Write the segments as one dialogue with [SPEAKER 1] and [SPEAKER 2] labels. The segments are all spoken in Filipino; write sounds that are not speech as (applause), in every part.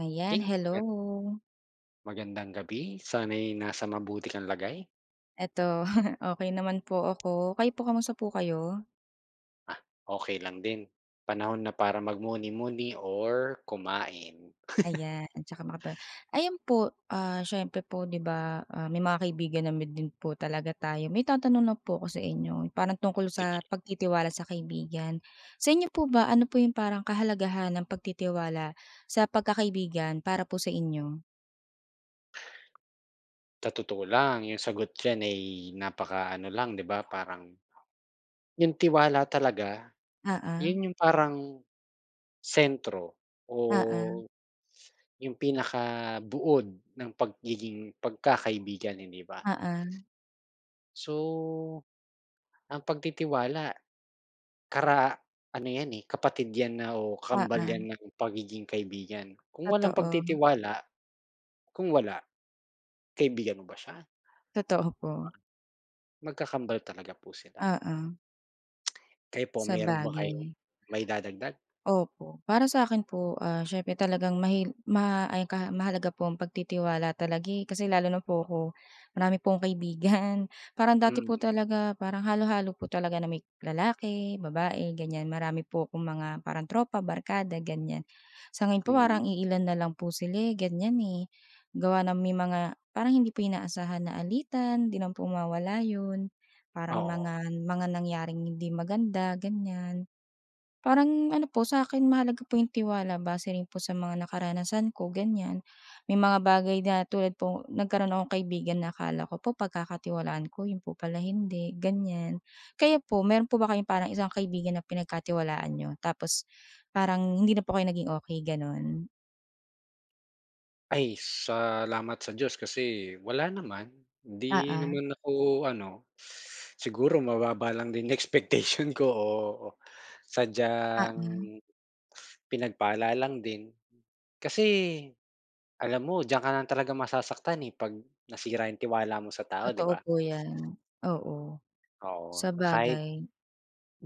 [SPEAKER 1] Ayan,
[SPEAKER 2] Okay,
[SPEAKER 1] hello.
[SPEAKER 2] magandang gabi. Sana'y nasa mabuti kang lagay.
[SPEAKER 1] Eto, (laughs) okay naman po ako. Kayo po, kamusta po kayo?
[SPEAKER 2] Ah, okay lang din. Panahon na para magmuni-muni or kumain.
[SPEAKER 1] Ayan, tsaka makapag Ayan po, syempre po 'di ba, may mga kaibigan naman din po talaga tayo. May tatanong lang po ako sa inyo, parang tungkol sa
[SPEAKER 2] Sige,
[SPEAKER 1] pagtitiwala sa kaibigan. Sa inyo po ba, ano po yung parang kahalagahan ng pagtitiwala sa pagkakaibigan para po sa inyo?
[SPEAKER 2] sa totoo lang yung sagot diyan ay napaka ano lang 'di ba, parang yung tiwala talaga,
[SPEAKER 1] Oo,
[SPEAKER 2] yun yung parang sentro
[SPEAKER 1] oo,
[SPEAKER 2] o yung pinaka buod ng pagiging pagkakaibigan, hindi ba?
[SPEAKER 1] oo,
[SPEAKER 2] So, ang pagtitiwala Kara ano yan, eh, kapatid yan na o
[SPEAKER 1] oo.
[SPEAKER 2] kambal yan ng pagiging kaibigan. Kung walang
[SPEAKER 1] Totoo,
[SPEAKER 2] pagtitiwala, kung wala, kaibigan mo ba siya?
[SPEAKER 1] totoo po.
[SPEAKER 2] Magkakambal talaga po sila.
[SPEAKER 1] Oo,
[SPEAKER 2] Kayo po,
[SPEAKER 1] sa
[SPEAKER 2] meron ba
[SPEAKER 1] bagay.
[SPEAKER 2] kayong maidadagdag?
[SPEAKER 1] Opo. Para sa akin po, siyempre talagang mahil ma ay ka mahalaga po ang pagtitiwala talaga, eh, kasi lalo na po ako, marami po akong kaibigan. (laughs) Parang dati
[SPEAKER 2] Mm,
[SPEAKER 1] po talaga parang halo-halo po talaga na may lalaki, babae, ganyan. Marami po akong mga parang tropa, barkada, ganyan. Sa ngayon po parang
[SPEAKER 2] mm,
[SPEAKER 1] iilan na lang po sila, eh, ganyan, eh. Gawa ng may mga parang hindi po inaasahan na alitan, 'di naman po mawala 'yun. Parang
[SPEAKER 2] oo.
[SPEAKER 1] mga nangyaring hindi maganda, ganyan. Parang ano po, sa akin mahalaga po yung tiwala base rin po sa mga nakaranasan ko, ganiyan. May mga bagay na tulad po nagkaroon akong kaibigan na akala ko po pagkakatiwalaan ko, yun po pala hindi, ganiyan. Kaya po, meron po ba kayong parang isang kaibigan na pinagkatiwalaan niyo tapos parang hindi na po kayo naging okay gano'n?
[SPEAKER 2] Ay, salamat sa Diyos kasi wala naman. 'Di
[SPEAKER 1] Oo,
[SPEAKER 2] naman ako ano, siguro mababa lang din (laughs) expectation ko o sadyang
[SPEAKER 1] oo,
[SPEAKER 2] pinagpala lang din. Kasi alam mo diyan ka lang talaga masasaktan, eh, 'pag nasira yung tiwala mo sa tao, 'di
[SPEAKER 1] totoo
[SPEAKER 2] ba?
[SPEAKER 1] po 'yan. Oo,
[SPEAKER 2] Oo, kahit
[SPEAKER 1] sabagay.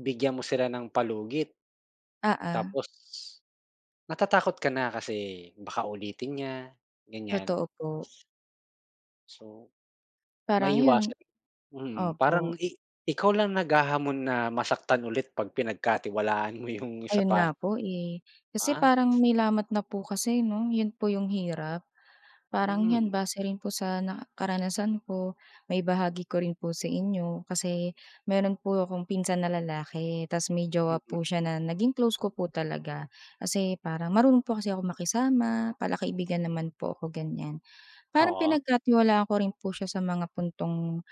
[SPEAKER 2] bigyan mo sila ng palugit
[SPEAKER 1] Oo,
[SPEAKER 2] tapos natatakot ka na kasi baka ulitin niya, ganyan.
[SPEAKER 1] totoo po.
[SPEAKER 2] So,
[SPEAKER 1] Parang yun
[SPEAKER 2] maiiwasan
[SPEAKER 1] opo.
[SPEAKER 2] parang ikaw lang naghahamon na masaktan ulit 'pag pinagkatiwalaan mo yung isa
[SPEAKER 1] Ayun
[SPEAKER 2] pa,
[SPEAKER 1] nga
[SPEAKER 2] 'di
[SPEAKER 1] po, eh. Kasi
[SPEAKER 2] ba?
[SPEAKER 1] parang may lamat na po kasi 'no, yun po yung hirap. Parang 'yan
[SPEAKER 2] Mm,
[SPEAKER 1] base rin po sa na karanasan ko, may bahagi ko rin po sa inyo. Kasi meron po akong pinsan na lalaki ta's may jowa
[SPEAKER 2] mm.
[SPEAKER 1] po siya na naging close ko po talaga. Kasi parang marunong po kasi ako makisama, palakaibigan naman po ako, ganiyan. Parang
[SPEAKER 2] Oo,
[SPEAKER 1] pinagkatiwalaan ko rin po siya sa mga puntong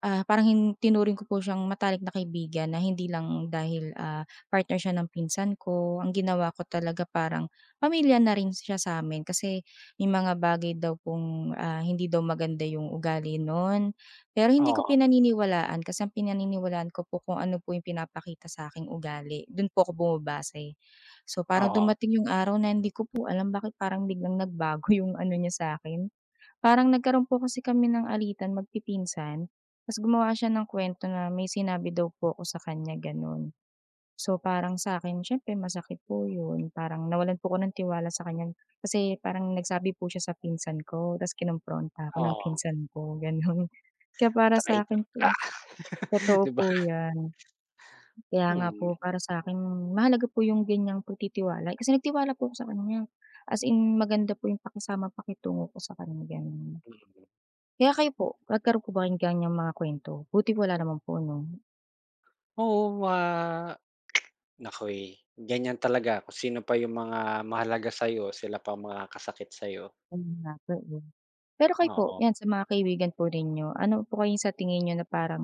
[SPEAKER 1] Parang tinuring ko po siyang matalik na kaibigan na hindi lang dahil, partner siya ng pinsan ko. Ang ginawa ko talaga parang pamilya na rin siya sa'min kasi may mga bagay daw pong, hindi daw maganda yung ugali nun. Pero hindi ko
[SPEAKER 2] oo,
[SPEAKER 1] pinaniniwalaan kasi ang pinaniniwalaan ko po kung ano po yung pinapakita sa'king ugali, dun po ako bumabase. So, parang
[SPEAKER 2] oo,
[SPEAKER 1] dumating yung araw na hindi ko po alam bakit parang biglang nagbago (laughs) yung ano niya sa'kin. Parang nagkaroon po kasi kami ng alitan magpipinsan, ta's gumawa siya ng kwento na may sinabi daw po ako sa kanya gano'n. So, parang sa akin syempre masakit po 'yun, parang nawalan po ako ng tiwala sa kanya kasi parang nagsabi po siya sa pinsan ko ta's kinompronta ako ng
[SPEAKER 2] oo,
[SPEAKER 1] pinsan ko, gano'n. (laughs) Kaya para
[SPEAKER 2] traitor
[SPEAKER 1] sa'kin
[SPEAKER 2] ka,
[SPEAKER 1] po
[SPEAKER 2] (laughs)
[SPEAKER 1] totoo
[SPEAKER 2] 'di ba?
[SPEAKER 1] po 'yan. Kaya nga po
[SPEAKER 2] Hmm,
[SPEAKER 1] para sa'kin mahalaga po 'yung ganiyang pagtitiwala, kasi nagtiwala po ako sa kanya, as in maganda po 'yung pakisama, pakitungo ko sa kanya, gano'n.
[SPEAKER 2] mm.
[SPEAKER 1] Kaya kayo po, nagkaroon po ba kayong ganiyang mga kwento, buti wala naman po 'no?
[SPEAKER 2] Oo, Naku, eh, ganyan talaga kung sino pa yung mga mahalaga sa'yo sila pa ang makakasakit sa'yo,
[SPEAKER 1] Ayun nga po, eh. Pero kayo po,
[SPEAKER 2] oo.
[SPEAKER 1] 'yan sa mga kaibigan po ninyo, ano po kayong sa tingin niyo na parang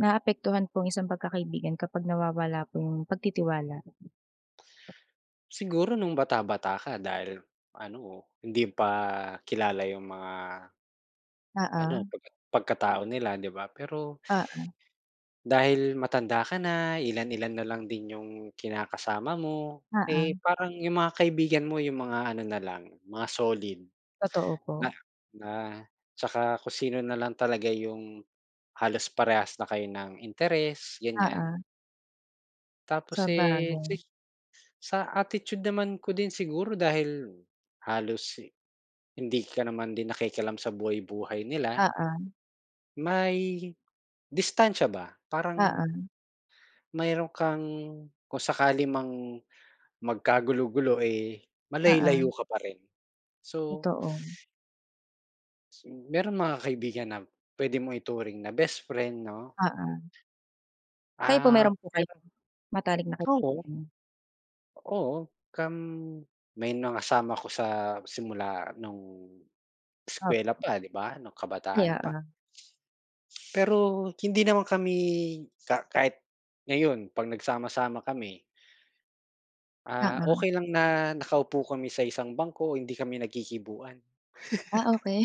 [SPEAKER 1] naapektuhan po ang isang pagkakaibigan kapag nawawala po yung pagtitiwala?
[SPEAKER 2] Siguro nung bata-bata ka dahil ano, hindi pa kilala yung mga ano,
[SPEAKER 1] Oo,
[SPEAKER 2] pagkatao nila 'di ba? Pero
[SPEAKER 1] oo,
[SPEAKER 2] dahil matanda ka na, ilan-ilan na lang din yung kinakasama mo, eh,
[SPEAKER 1] oo,
[SPEAKER 2] parang yung mga kaibigan mo yung mga ano na lang, mga solid.
[SPEAKER 1] totoo po.
[SPEAKER 2] Na na 'Tsaka kung sino na lang talaga yung halos parehas na kayo ng interes,
[SPEAKER 1] Oo,
[SPEAKER 2] ganyan. Tapos,
[SPEAKER 1] sabagay.
[SPEAKER 2] eh, sa attitude naman ko din siguro dahil halos eh, hindi ka naman din nakikialam sa buhay-buhay nila,
[SPEAKER 1] Oo,
[SPEAKER 2] may distansiya ba? Parang
[SPEAKER 1] oo,
[SPEAKER 2] mayro'n kang kung sakali mang magkagulo-gulo, eh, malayo-layo
[SPEAKER 1] oo,
[SPEAKER 2] ka pa rin. So,
[SPEAKER 1] totoo.
[SPEAKER 2] mayro'ng mga kaibigan na puwede mong ituring na best friend 'no,
[SPEAKER 1] Oo. Kayo po,
[SPEAKER 2] ah,
[SPEAKER 1] meron po
[SPEAKER 2] pero
[SPEAKER 1] kayong matalik na
[SPEAKER 2] oo.
[SPEAKER 1] kaibigan?
[SPEAKER 2] Oo, come may mga kasama ko sa simula nung eskuwela
[SPEAKER 1] Opo,
[SPEAKER 2] pa, 'di ba, nung
[SPEAKER 1] ay
[SPEAKER 2] kabataan pa.
[SPEAKER 1] oo.
[SPEAKER 2] Pero hindi naman kami kahit ngayon 'pag nagsama-sama kami, ah,
[SPEAKER 1] Oo.
[SPEAKER 2] okey lang na nakaupo kami sa isang bangko, hindi kami nagkikibuan.
[SPEAKER 1] Ah, okey.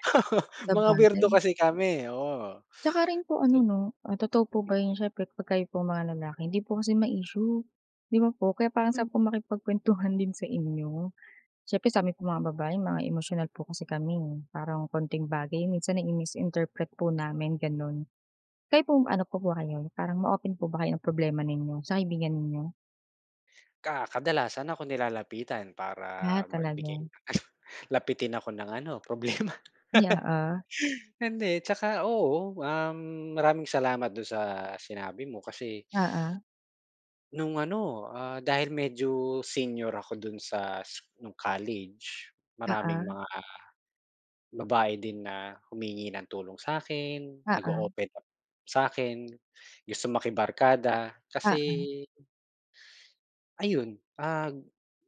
[SPEAKER 2] (laughs) Mga weirdo
[SPEAKER 1] Sabagay. (laughs)
[SPEAKER 2] kasi kami, oo.
[SPEAKER 1] Tsaka rin po
[SPEAKER 2] So
[SPEAKER 1] ano 'no, totoo po ba yun siyempre kapag kayo pong mga lalaki hindi po kasi ma-issue, 'di ba po? Kaya parang
[SPEAKER 2] Hmm.
[SPEAKER 1] sarap po makipagkuwentuhan (laughs) din sa inyo. Siyempre sa'min pong mga babae mga emosyonal po kasi kami, eh, parang konting bagay minsan nai-misinterpret po namin gano'n. Kayo po ano po ba kayo, parang ma-open po ba kayo ng problema ninyo sa kaibigan ninyo?
[SPEAKER 2] Kadalasan ako nilalapitan para
[SPEAKER 1] Ah, talaga?
[SPEAKER 2] magbigay (laughs) ng ano, lapitin ako ng ano, problema.
[SPEAKER 1] Ay, oo.
[SPEAKER 2] Hindi, tsaka oo, maraming salamat do'n sa sinabi mo kasi
[SPEAKER 1] Oo,
[SPEAKER 2] nung ano, ah, dahil medyo senior ako do'n sa no'ng college, maraming
[SPEAKER 1] oo,
[SPEAKER 2] mga babae din na humingi ng tulong sa'kin,
[SPEAKER 1] oo,
[SPEAKER 2] nag-o-open up sa'kin, gusto makibarkada. Kasi
[SPEAKER 1] oo,
[SPEAKER 2] ayun, ah,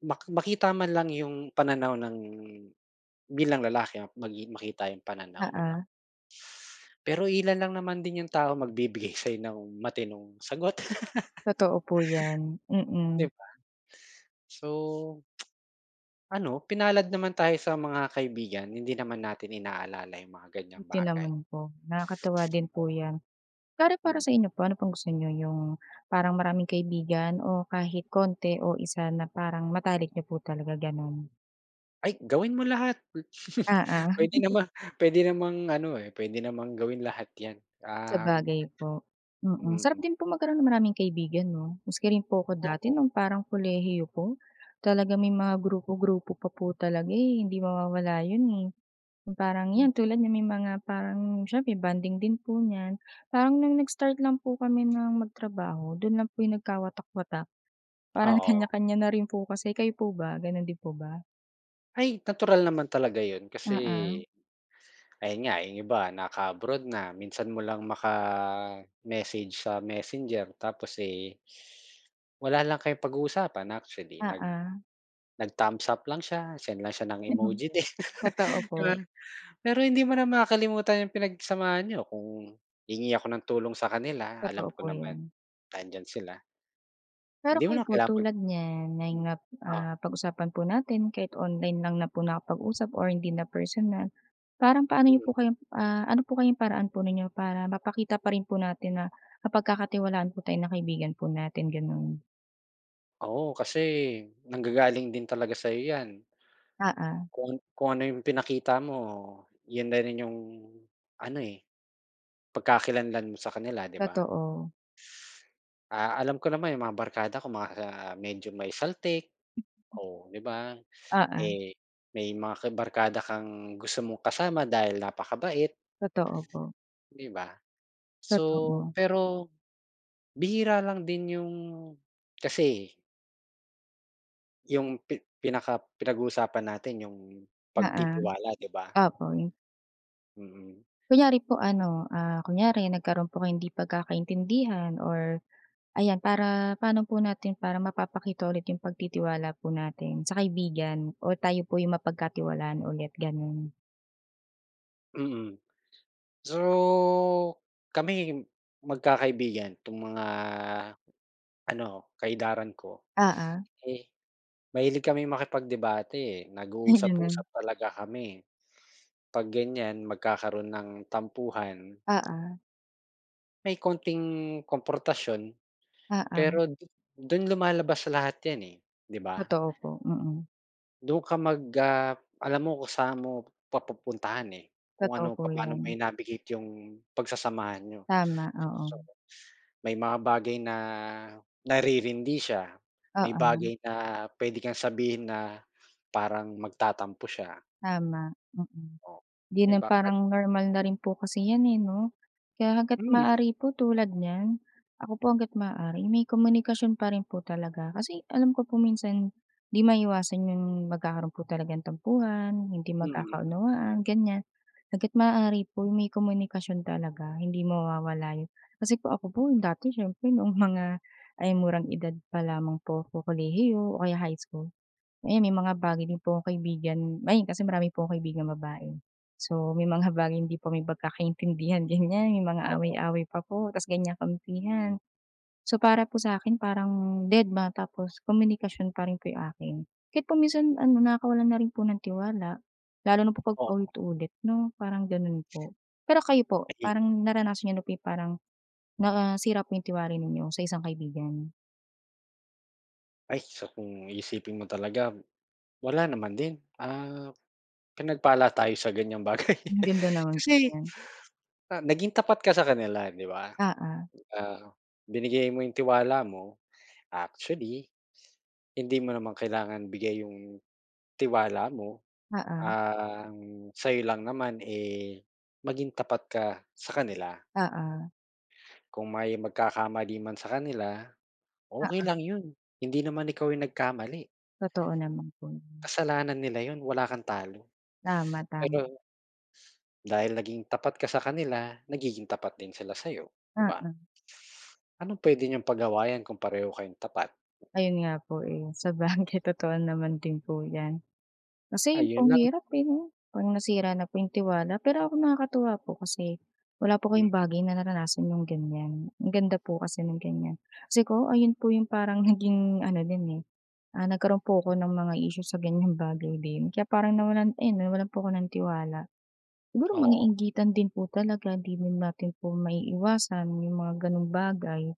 [SPEAKER 2] makita man lang 'yung pananaw ng bilang lalaki makita 'yung pananaw, 'di ba?
[SPEAKER 1] oo.
[SPEAKER 2] Pero ilan lang naman din yung tao magbibigay sa'yo ng matinong sagot, (laughs)
[SPEAKER 1] Totoo po yan, mm.
[SPEAKER 2] 'di ba? So, ano, pinalad naman tayo sa mga kaibigan, hindi naman natin inaalala yung mga ganyang
[SPEAKER 1] Buti
[SPEAKER 2] bagay.
[SPEAKER 1] naman po, nakakatuwa din po yan. Para sa
[SPEAKER 2] Hmm,
[SPEAKER 1] inyo po, ano pang gusto niyo, yung parang maraming kaibigan o kahit konti o isa na parang matalik niyo po talaga gano'n?
[SPEAKER 2] "Ay, gawin mo lahat." (laughs)
[SPEAKER 1] Oo,
[SPEAKER 2] pwede naman Pwede namang ano, eh, pwede namang gawin lahat 'yan, um,
[SPEAKER 1] sabagay po. Mm, sarap
[SPEAKER 2] mm,
[SPEAKER 1] din po magkaroon ng maraming kaibigan 'no? Maski rin po ako dati
[SPEAKER 2] oo,
[SPEAKER 1] nung parang kolehiyo po, talagang may mga grupo-grupo pa po talaga, eh, hindi mawawala 'yun, eh. Yung parang 'yan tulad niyan may mga parang siyempre bonding din po niyan. Parang nung nag-start lang po kami ng magtrabaho, do'n lang po yung nagkawatak-watak. Parang (laughs)
[SPEAKER 2] oo.
[SPEAKER 1] kanya-kanya na rin po kasi. Kayo po ba, gano'n din po ba?
[SPEAKER 2] Ay, natural naman talaga yun kasi
[SPEAKER 1] Oo,
[SPEAKER 2] ayun nga, yung iba naka-abroad na, minsan mo lang maka-message sa Messenger tapos, eh, wala lang kayong pag-uusapan actually,
[SPEAKER 1] oo.
[SPEAKER 2] nag-thumbs up lang siya, send lang siya ng
[SPEAKER 1] (laughs)
[SPEAKER 2] emoji din,
[SPEAKER 1] Totoo
[SPEAKER 2] (laughs)
[SPEAKER 1] po,
[SPEAKER 2] 'di ba? Pero hindi mo na makakalimutan yung pinagsamahan niyo kung hingi ako ng tulong sa kanila, alam
[SPEAKER 1] totoo
[SPEAKER 2] ko
[SPEAKER 1] po 'yun.
[SPEAKER 2] naman nandiyan sila,
[SPEAKER 1] Pero
[SPEAKER 2] hindi mo
[SPEAKER 1] kayo
[SPEAKER 2] na
[SPEAKER 1] po
[SPEAKER 2] kailangan.
[SPEAKER 1] tulad niyan na 'yung
[SPEAKER 2] Hmm, oo,
[SPEAKER 1] pag-usapan po natin kahit online lang na po nakapag-usap or hindi na personal, parang paano niyo po
[SPEAKER 2] mm.
[SPEAKER 1] kayang ano po kayang paraan po ninyo para mapakita pa rin po natin na mapagkakatiwalaan po tayo ng kaibigan po natin, gano'n?
[SPEAKER 2] Oo, kasi nanggagaling din talaga sa'yo 'yan.
[SPEAKER 1] Oo,
[SPEAKER 2] Kung ano yung pinakita mo, yun na rin yung ano, eh, pagkakakilanlan mo sa kanila, 'di ba?
[SPEAKER 1] totoo.
[SPEAKER 2] Ah, alam ko naman yung mga barkada ko mga medyo may saltik, oh, 'di ba?
[SPEAKER 1] Oo,
[SPEAKER 2] Eh, may mga barkada kang gusto mong kasama dahil napakabait,
[SPEAKER 1] totoo po,
[SPEAKER 2] 'di ba? So,
[SPEAKER 1] totoo.
[SPEAKER 2] pero bihira lang din yung kasi yung pinaka pinag-uusapan natin yung
[SPEAKER 1] Oo,
[SPEAKER 2] pagtitiwala, 'di ba?
[SPEAKER 1] opo.
[SPEAKER 2] Mm,
[SPEAKER 1] Kunyari po ano, kunyari nagkaroon po kayong 'di pagkakaintindihan or ayan, para paano po natin para mapapakita ulit yung pagtitiwala po natin sa kaibigan o tayo po yung mapagkatiwalaan ulit, gano'n.
[SPEAKER 2] mm. So, kami magkakaibigan 'tong mga ano, ka-idaran ko,
[SPEAKER 1] Oo,
[SPEAKER 2] eh, mahilig kaming makipagdebate, eh,
[SPEAKER 1] ay gano'n.
[SPEAKER 2] nag-uusap-usap talaga kami. 'Pag ganyan magkakaroon ng tampuhan,
[SPEAKER 1] Oo,
[SPEAKER 2] may konting komportasyon,
[SPEAKER 1] oo,
[SPEAKER 2] pero
[SPEAKER 1] (laughs)
[SPEAKER 2] dun lumalabas lahat 'yan, eh, 'di ba?
[SPEAKER 1] totoo po, mm.
[SPEAKER 2] Dun ka alam mo kung saan mo papupuntahan, eh, kung ano
[SPEAKER 1] Totoo po
[SPEAKER 2] papaano mo
[SPEAKER 1] 'yan.
[SPEAKER 2] i-navigate yung pagsasamahan niyo.
[SPEAKER 1] Tama, oo.
[SPEAKER 2] So, may mga bagay na naririndi siya, may
[SPEAKER 1] Oo,
[SPEAKER 2] bagay na puwede kang sabihin na parang magtatampo siya,
[SPEAKER 1] tama, mm.
[SPEAKER 2] oh,
[SPEAKER 1] 'Di
[SPEAKER 2] 'di
[SPEAKER 1] na
[SPEAKER 2] ba?
[SPEAKER 1] parang normal na rin po kasi 'yan, eh, 'no? Kaya hangga't
[SPEAKER 2] Mm,
[SPEAKER 1] maaari po tulad niyan, ako po hangga't maaari may komunikasyon pa rin po talaga. Kasi alam ko po minsan 'di maiwasan yung magkakaroon po talaga ng tampuhan, hindi
[SPEAKER 2] mm,
[SPEAKER 1] magkakaunawaan, ganyan. Hangga't maaari po may komunikasyon talaga, hindi mawawala yun. Kasi po ako po dati siyempre noong (laughs) mga ay murang edad pa lamang po ako kolehiyo o kaya high school, ayan, may mga bagay din po akong kaibigan ayun kasi marami po akong kaibigang babae. So, may mga (laughs) bagay hindi po kami pagkakaintindihan ganyan, may mga
[SPEAKER 2] oo,
[SPEAKER 1] away-away pa po ta's ganyan kampihan, so, para po sa akin parang dedma tapos komunikasyon pa rin po yung akin. Kahit po minsan ano nakakawalan na rin po ng tiwala, lalo na po 'pag
[SPEAKER 2] oo.
[SPEAKER 1] paulit-ulit 'no, parang gano'n po. Pero kayo po,
[SPEAKER 2] Ay
[SPEAKER 1] parang naranasan niyo na po yung parang nasira po yung tiwala ninyo sa isang kaibigan?
[SPEAKER 2] ay, so kung iisipin mo talaga wala naman din, ah, pinagpala tayo sa ganyang bagay.
[SPEAKER 1] Ang ganda
[SPEAKER 2] (laughs)
[SPEAKER 1] naman po
[SPEAKER 2] Kasi,
[SPEAKER 1] niyan.
[SPEAKER 2] ah, naging tapat ka sa kanila 'di ba?
[SPEAKER 1] Oo,
[SPEAKER 2] Ah, binigay mo yung tiwala mo, actually, hindi mo naman kailangan bigay yung tiwala mo,
[SPEAKER 1] oo,
[SPEAKER 2] ang sa'yo lang naman, eh, maging tapat ka sa kanila.
[SPEAKER 1] oo, oo.
[SPEAKER 2] Kung may magkakamali man sa kanila, okey lang yun. Hindi naman ikaw yung nagkamali,
[SPEAKER 1] Totoo naman po yun.
[SPEAKER 2] kasalanan nila yun, wala kang talo.
[SPEAKER 1] Tama,
[SPEAKER 2] Pero
[SPEAKER 1] tama.
[SPEAKER 2] dahil naging tapat ka sa kanila, nagiging tapat din sila sa'yo, 'di ba?
[SPEAKER 1] Oo,
[SPEAKER 2] Anong puwede niyong pagawayan kung pareho kayong tapat?
[SPEAKER 1] ayun nga po, eh, (laughs) sabagay totoo naman din po yan. Kasi yun po
[SPEAKER 2] Ayun
[SPEAKER 1] ang
[SPEAKER 2] lang.
[SPEAKER 1] hirap, eh, 'no, 'pag nasira na po yung tiwala. Pero ako nakakatuwa po kasi wala po kayong
[SPEAKER 2] Hmm,
[SPEAKER 1] bagay na naranasan yung ganyan. Ang ganda po kasi ng ganyan. Kasi ko ayun po yung parang (laughs) naging ano din, eh, nagkaroon po ako ng mga issue sa ganyang bagay din. Kaya parang nawalan po ako ng tiwala. Siguro mga
[SPEAKER 2] oo.
[SPEAKER 1] inggitan din po talaga, hindi din natin po maiiwasan yung mga gano'ng bagay.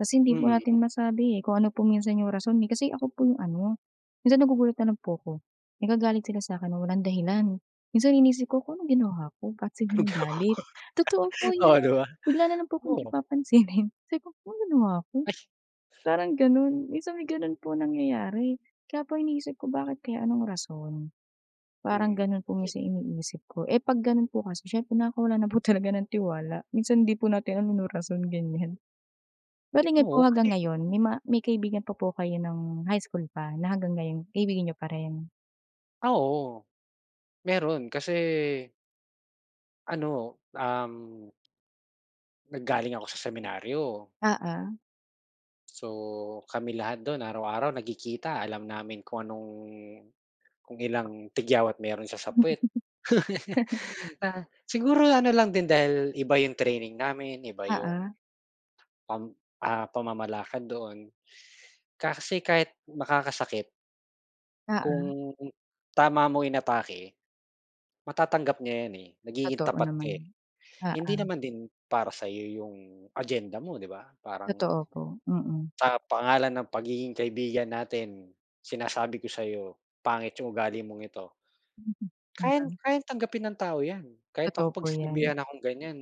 [SPEAKER 1] Kasi hindi po
[SPEAKER 2] Mm,
[SPEAKER 1] natin masabi, eh, kung ano po minsan yung rason, eh. Kasi ako po yung ano, minsan nagugulat na lang po ako. Nagagalit sila sa'kin ng walang dahilan. Minsan inisip ko kung anong ginawa ko, ba't
[SPEAKER 2] (laughs)
[SPEAKER 1] sila
[SPEAKER 2] anong gawa?
[SPEAKER 1] nagalit? Totoo po
[SPEAKER 2] Oo, 'di
[SPEAKER 1] yan.
[SPEAKER 2] ba?
[SPEAKER 1] Bigla na lang po akong 'di
[SPEAKER 2] Oo,
[SPEAKER 1] papansinin. (laughs) Sabi ko, ano ginawa ko?" Parang gano'n. Minsan may gano'n po nangyayari. Kaya po iniisip ko, bakit kaya, anong rason? Parang
[SPEAKER 2] mm.
[SPEAKER 1] gano'n po
[SPEAKER 2] Kasi
[SPEAKER 1] minsan iniisip ko. Eh, 'pag gano'n po kasi siyempre nakakawala na po (laughs) talaga ng tiwala. Minsan hindi po natin alam yung rason, ganyan. Bale nga po
[SPEAKER 2] oo,
[SPEAKER 1] hanggang
[SPEAKER 2] kasi
[SPEAKER 1] ngayon may kaibigan pa po kayo ng high school pa na hanggang ngayon kaibigan niyo pa rin?
[SPEAKER 2] oo, meron kasi ano, nanggaling ako sa seminaryo.
[SPEAKER 1] Oo.
[SPEAKER 2] So, kami lahat doon araw-araw nagkikita. Alam namin kung ilang tigyawat meron sa sapwet. (laughs) Ah, siguro ano lang din dahil iba yung training namin, iba yung
[SPEAKER 1] Oo,
[SPEAKER 2] pam pamamalakad doon. Kasi kahit makakasakit
[SPEAKER 1] oo, (laughs)
[SPEAKER 2] kung tama mo inatake, matatanggap niya 'yan, eh, nagiging
[SPEAKER 1] totoo
[SPEAKER 2] tapat ka, eh.
[SPEAKER 1] naman.
[SPEAKER 2] Hindi
[SPEAKER 1] Oo,
[SPEAKER 2] naman din para sa'yo yung agenda mo, 'di ba? Parang
[SPEAKER 1] totoo po, mm.
[SPEAKER 2] sa pangalan ng pagiging kaibigan natin, sinasabi ko sa'yo, pangit yung ugali mong ito. Kayang
[SPEAKER 1] Mm, (laughs)
[SPEAKER 2] kayang tanggapin ng tao 'yan. Kahit ako
[SPEAKER 1] totoo po
[SPEAKER 2] 'pag
[SPEAKER 1] 'yan,
[SPEAKER 2] sinabihan akong ganyan,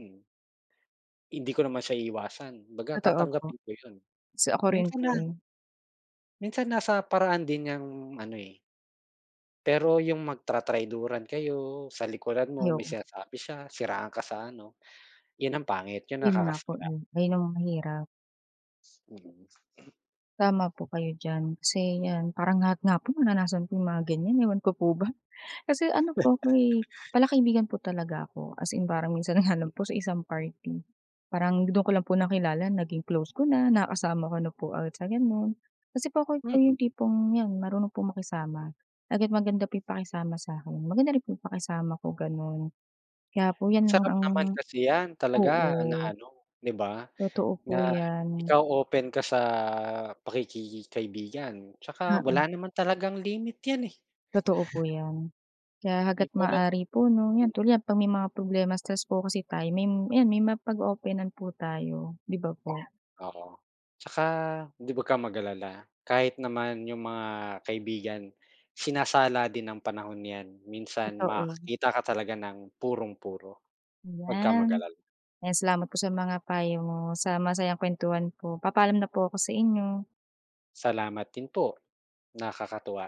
[SPEAKER 2] hindi ko naman siya iiwasan. Kumbaga
[SPEAKER 1] totoo po.
[SPEAKER 2] tatanggapin ko 'yun.
[SPEAKER 1] Kasi ako rin
[SPEAKER 2] Minsan
[SPEAKER 1] po,
[SPEAKER 2] na
[SPEAKER 1] eh.
[SPEAKER 2] minsan nasa paraan din 'yang ano, eh, pero yung magtra-trayduran kayo, sa likuran mo
[SPEAKER 1] Ay,
[SPEAKER 2] may
[SPEAKER 1] oo,
[SPEAKER 2] sinasabi siya, siraan ka sa ano, 'yun ang pangit, 'yun
[SPEAKER 1] ayun nga po,
[SPEAKER 2] nakakasira.
[SPEAKER 1] eh, ayun ang mahirap.
[SPEAKER 2] Mm,
[SPEAKER 1] Tama po kayo diyan kasi 'yan parang lahat nga po naranasan ko yung mga ganyan, ewan ko po ba. Kasi ano po ako, eh, palakaibigan po talaga ako. As in parang minsan (laughs) nga lang po sa isang party, parang do'n ko lang po nakilala naging close ko na, nakasama ko na po agad sa gano'n. Kasi po ako po yung
[SPEAKER 2] mm.
[SPEAKER 1] tipong 'yan marunong po makisama, agad maganda po yung pakisama sa'kin, maganda rin po yung pakisama ko gano'n. Kaya po 'yan lang
[SPEAKER 2] Masarap
[SPEAKER 1] ang
[SPEAKER 2] naman kasi 'yan talaga na
[SPEAKER 1] oo,
[SPEAKER 2] ano, 'di ba?
[SPEAKER 1] totoo po
[SPEAKER 2] Na
[SPEAKER 1] 'yan.
[SPEAKER 2] ikaw open ka sa pakikikaibigan, 'tsaka wala
[SPEAKER 1] Oo,
[SPEAKER 2] naman talagang limit 'yan, eh,
[SPEAKER 1] totoo po 'yan. Kaya hangga't
[SPEAKER 2] ikaw lang.
[SPEAKER 1] maaari po 'no, 'yan
[SPEAKER 2] Hmm,
[SPEAKER 1] tulad 'yan 'pag may mga problema, stress po kasi tayo may ayan may mapag-o-openan po tayo, 'di ba po?
[SPEAKER 2] oo. 'Tsaka 'di wag kang mag-alala, kahit naman yung mga kaibigan sinasala din ng panahon 'yan, minsan
[SPEAKER 1] Totoo.
[SPEAKER 2] makakakita ka talaga ng purong-puro. Wag kang
[SPEAKER 1] Ayan.
[SPEAKER 2] mag-alala.
[SPEAKER 1] Ayan, salamat po sa mga payo mo, sa masayang kuwentuhan po. Papaalam na po ako sa inyo.
[SPEAKER 2] Salamat din po, nakakatuwa.